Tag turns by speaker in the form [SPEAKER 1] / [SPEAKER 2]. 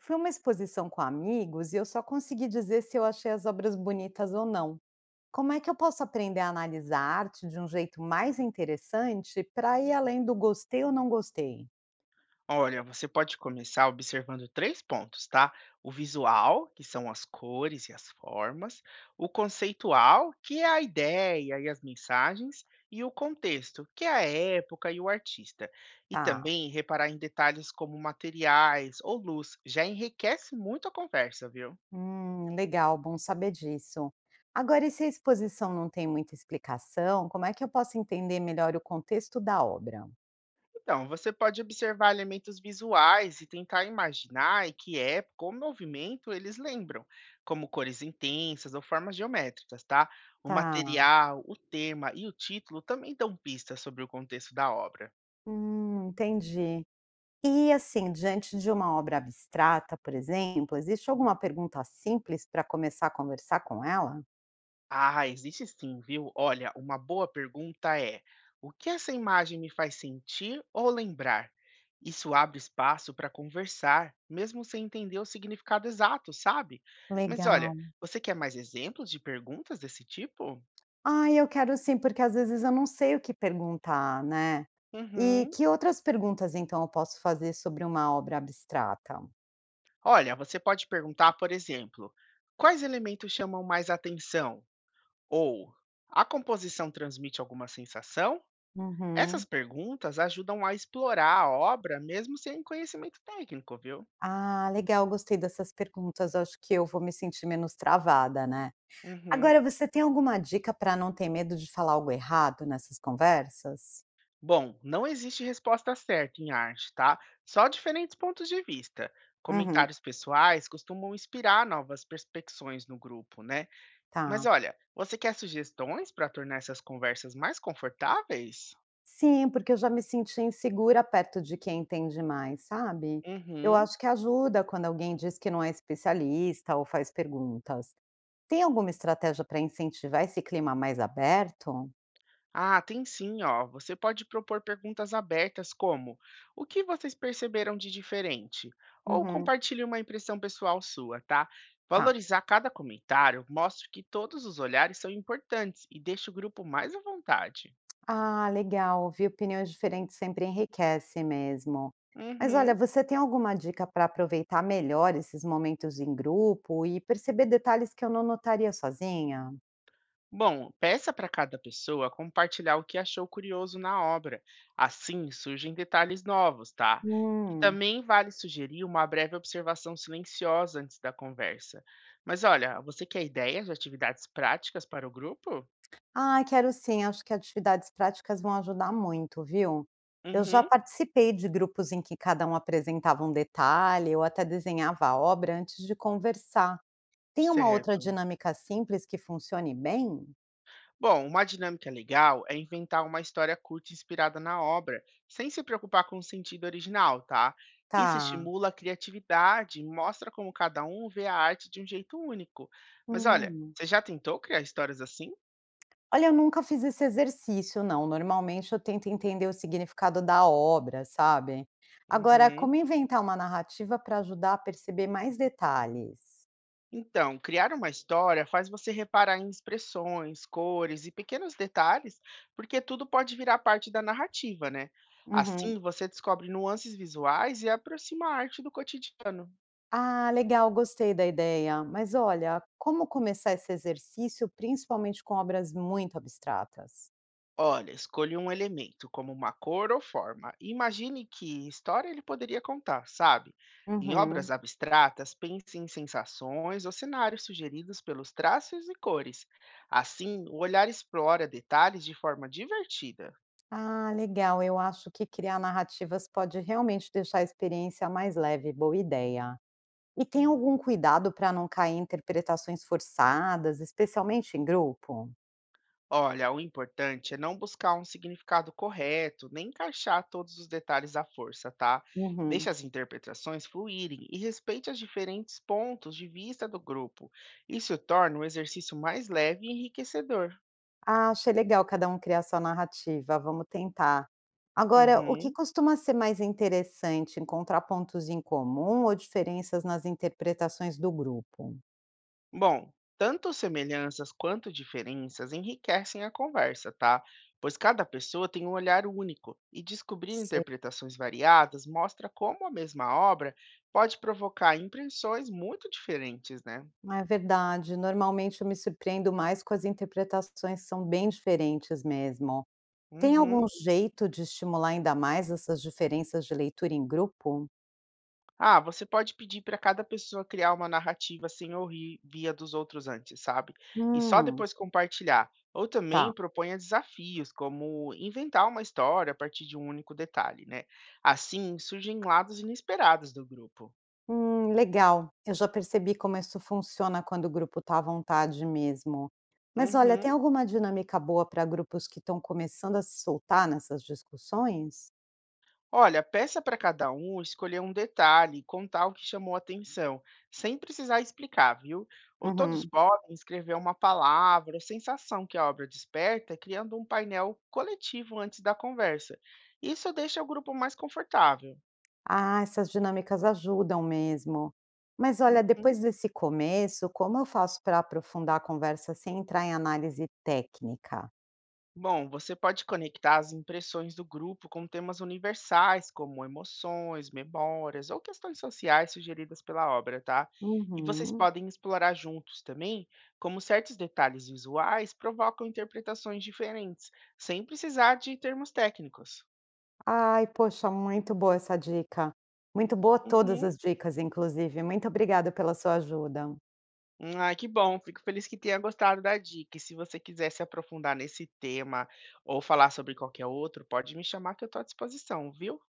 [SPEAKER 1] Foi uma exposição com amigos e eu só consegui dizer se eu achei as obras bonitas ou não. Como é que eu posso aprender a analisar a arte de um jeito mais interessante para ir além do gostei ou não gostei?
[SPEAKER 2] Olha, você pode começar observando três pontos, tá? O visual, que são as cores e as formas, o conceitual, que é a ideia e as mensagens, e o contexto, que é a época e o artista. E
[SPEAKER 1] Tá.
[SPEAKER 2] também reparar em detalhes como materiais ou luz, já enriquece muito a conversa, viu?
[SPEAKER 1] Legal, bom saber disso. Agora, e se a exposição não tem muita explicação, como é que eu posso entender melhor o contexto da obra?
[SPEAKER 2] Então, você pode observar elementos visuais e tentar imaginar em que época ou movimento eles lembram, como cores intensas ou formas geométricas, tá? O
[SPEAKER 1] Tá.
[SPEAKER 2] material, o tema e o título também dão pistas sobre o contexto da obra.
[SPEAKER 1] Entendi. E assim, diante de uma obra abstrata, por exemplo, existe alguma pergunta simples para começar a conversar com ela?
[SPEAKER 2] Ah, existe sim, viu? Olha, uma boa pergunta é: o que essa imagem me faz sentir ou lembrar? Isso abre espaço para conversar, mesmo sem entender o significado exato, sabe? Mas olha,
[SPEAKER 1] Legal.
[SPEAKER 2] você quer mais exemplos de perguntas desse tipo?
[SPEAKER 1] Ah, eu quero sim, porque às vezes eu não sei o que perguntar, né? E
[SPEAKER 2] Uhum.
[SPEAKER 1] que outras perguntas então eu posso fazer sobre uma obra abstrata?
[SPEAKER 2] Olha, você pode perguntar, por exemplo, quais elementos chamam mais atenção? Ou a composição transmite alguma sensação? Essas
[SPEAKER 1] Uhum.
[SPEAKER 2] perguntas ajudam a explorar a obra mesmo sem conhecimento técnico, viu?
[SPEAKER 1] Ah, legal, gostei dessas perguntas. Acho que eu vou me sentir menos travada, né? Agora,
[SPEAKER 2] Uhum.
[SPEAKER 1] você tem alguma dica para não ter medo de falar algo errado nessas conversas?
[SPEAKER 2] Bom, não existe resposta certa em arte, tá? Só diferentes pontos de vista.
[SPEAKER 1] Uhum.
[SPEAKER 2] Comentários pessoais costumam inspirar novas perspectivas no grupo, né? Mas
[SPEAKER 1] Tá.
[SPEAKER 2] olha, você quer sugestões para tornar essas conversas mais confortáveis?
[SPEAKER 1] Sim, porque eu já me senti insegura perto de quem entende mais, sabe? Eu
[SPEAKER 2] Uhum.
[SPEAKER 1] acho que ajuda quando alguém diz que não é especialista ou faz perguntas. Tem alguma estratégia para incentivar esse clima mais aberto?
[SPEAKER 2] Ah, tem sim, ó. Você pode propor perguntas abertas como: o que vocês perceberam de diferente? Ou
[SPEAKER 1] Uhum,
[SPEAKER 2] compartilhe uma impressão pessoal sua, tá?
[SPEAKER 1] tá.
[SPEAKER 2] Valorizar cada comentário mostra que todos os olhares são importantes e deixa o grupo mais à vontade.
[SPEAKER 1] Ah, legal. Ouvir opiniões diferentes sempre enriquece mesmo. Mas olha,
[SPEAKER 2] Uhum.
[SPEAKER 1] você tem alguma dica para aproveitar melhor esses momentos em grupo e perceber detalhes que eu não notaria sozinha?
[SPEAKER 2] Bom, peça para cada pessoa compartilhar o que achou curioso na obra. Assim surgem detalhes novos, tá? E
[SPEAKER 1] Hum.
[SPEAKER 2] também vale sugerir uma breve observação silenciosa antes da conversa. Mas olha, você quer ideias de atividades práticas para o grupo?
[SPEAKER 1] Ah, quero sim, acho que atividades práticas vão ajudar muito, viu? Eu já
[SPEAKER 2] Uhum,
[SPEAKER 1] participei de grupos em que cada um apresentava um detalhe ou até desenhava a obra antes de conversar. Tem uma outra
[SPEAKER 2] certo.
[SPEAKER 1] dinâmica simples que funcione bem?
[SPEAKER 2] Bom, uma dinâmica legal é inventar uma história curta inspirada na obra, sem se preocupar com o sentido original, tá? Isso
[SPEAKER 1] Tá.
[SPEAKER 2] estimula a criatividade e mostra como cada um vê a arte de um jeito único. Mas olha,
[SPEAKER 1] Hum.
[SPEAKER 2] você já tentou criar histórias assim?
[SPEAKER 1] Olha, eu nunca fiz esse exercício, não. Normalmente eu tento entender o significado da obra, sabe? Agora, como
[SPEAKER 2] Uhum.
[SPEAKER 1] inventar uma narrativa para ajudar a perceber mais detalhes?
[SPEAKER 2] Então, criar uma história faz você reparar em expressões, cores e pequenos detalhes, porque tudo pode virar parte da narrativa, né?
[SPEAKER 1] Uhum.
[SPEAKER 2] Assim, você descobre nuances visuais e aproxima a arte do cotidiano.
[SPEAKER 1] Ah, legal, gostei da ideia. Mas olha, como começar esse exercício, principalmente com obras muito abstratas?
[SPEAKER 2] Olha, escolha um elemento, como uma cor ou forma. E imagine que história ele poderia contar, sabe? Em obras
[SPEAKER 1] Uhum.
[SPEAKER 2] abstratas, pense em sensações ou cenários sugeridos pelos traços e cores. Assim, o olhar explora detalhes de forma divertida.
[SPEAKER 1] Ah, legal. Eu acho que criar narrativas pode realmente deixar a experiência mais leve. Boa ideia. E tem algum cuidado para não cair em interpretações forçadas, especialmente em grupo?
[SPEAKER 2] Olha, o importante é não buscar um significado correto, nem encaixar todos os detalhes à força, tá? Deixe
[SPEAKER 1] Uhum.
[SPEAKER 2] as interpretações fluírem e respeite os diferentes pontos de vista do grupo. Isso torna o exercício mais leve e enriquecedor.
[SPEAKER 1] Ah, achei legal cada um criar sua narrativa, vamos tentar. Agora, o que
[SPEAKER 2] Uhum.
[SPEAKER 1] costuma ser mais interessante, encontrar pontos em comum ou diferenças nas interpretações do grupo?
[SPEAKER 2] Bom, tanto semelhanças quanto diferenças enriquecem a conversa, tá? Pois cada pessoa tem um olhar único e descobrir
[SPEAKER 1] Sei.
[SPEAKER 2] interpretações variadas mostra como a mesma obra pode provocar impressões muito diferentes, né?
[SPEAKER 1] É verdade, normalmente eu me surpreendo mais com as interpretações que são bem diferentes mesmo. Tem
[SPEAKER 2] Uhum.
[SPEAKER 1] algum jeito de estimular ainda mais essas diferenças de leitura em grupo?
[SPEAKER 2] Ah, você pode pedir para cada pessoa criar uma narrativa sem ouvir via dos outros antes, sabe? E só
[SPEAKER 1] Hum,
[SPEAKER 2] depois compartilhar. Ou também
[SPEAKER 1] tá.
[SPEAKER 2] proponha desafios, como inventar uma história a partir de um único detalhe, né? Assim surgem lados inesperados do grupo.
[SPEAKER 1] Legal. Eu já percebi como isso funciona quando o grupo está à vontade mesmo. Mas olha,
[SPEAKER 2] Uhum.
[SPEAKER 1] tem alguma dinâmica boa para grupos que estão começando a se soltar nessas discussões?
[SPEAKER 2] Olha, peça para cada um escolher um detalhe e contar o que chamou atenção, sem precisar explicar, viu? Ou todos
[SPEAKER 1] Uhum.
[SPEAKER 2] podem escrever uma palavra ou sensação que a obra desperta, criando um painel coletivo antes da conversa. Isso deixa o grupo mais confortável.
[SPEAKER 1] Ah, essas dinâmicas ajudam mesmo. Mas olha,
[SPEAKER 2] Uhum.
[SPEAKER 1] depois desse começo, como eu faço para aprofundar a conversa sem entrar em análise técnica?
[SPEAKER 2] Bom, você pode conectar as impressões do grupo com temas universais, como emoções, memórias ou questões sociais sugeridas pela obra, tá? E vocês
[SPEAKER 1] Uhum.
[SPEAKER 2] podem explorar juntos também como certos detalhes visuais provocam interpretações diferentes, sem precisar de termos técnicos.
[SPEAKER 1] Ai, poxa, muito boa essa dica. Muito boa todas
[SPEAKER 2] Uhum.
[SPEAKER 1] as dicas, inclusive. Muito obrigada pela sua ajuda.
[SPEAKER 2] Ah, que bom. Fico feliz que tenha gostado da dica. E se você quiser se aprofundar nesse tema ou falar sobre qualquer outro, pode me chamar que eu estou à disposição, viu?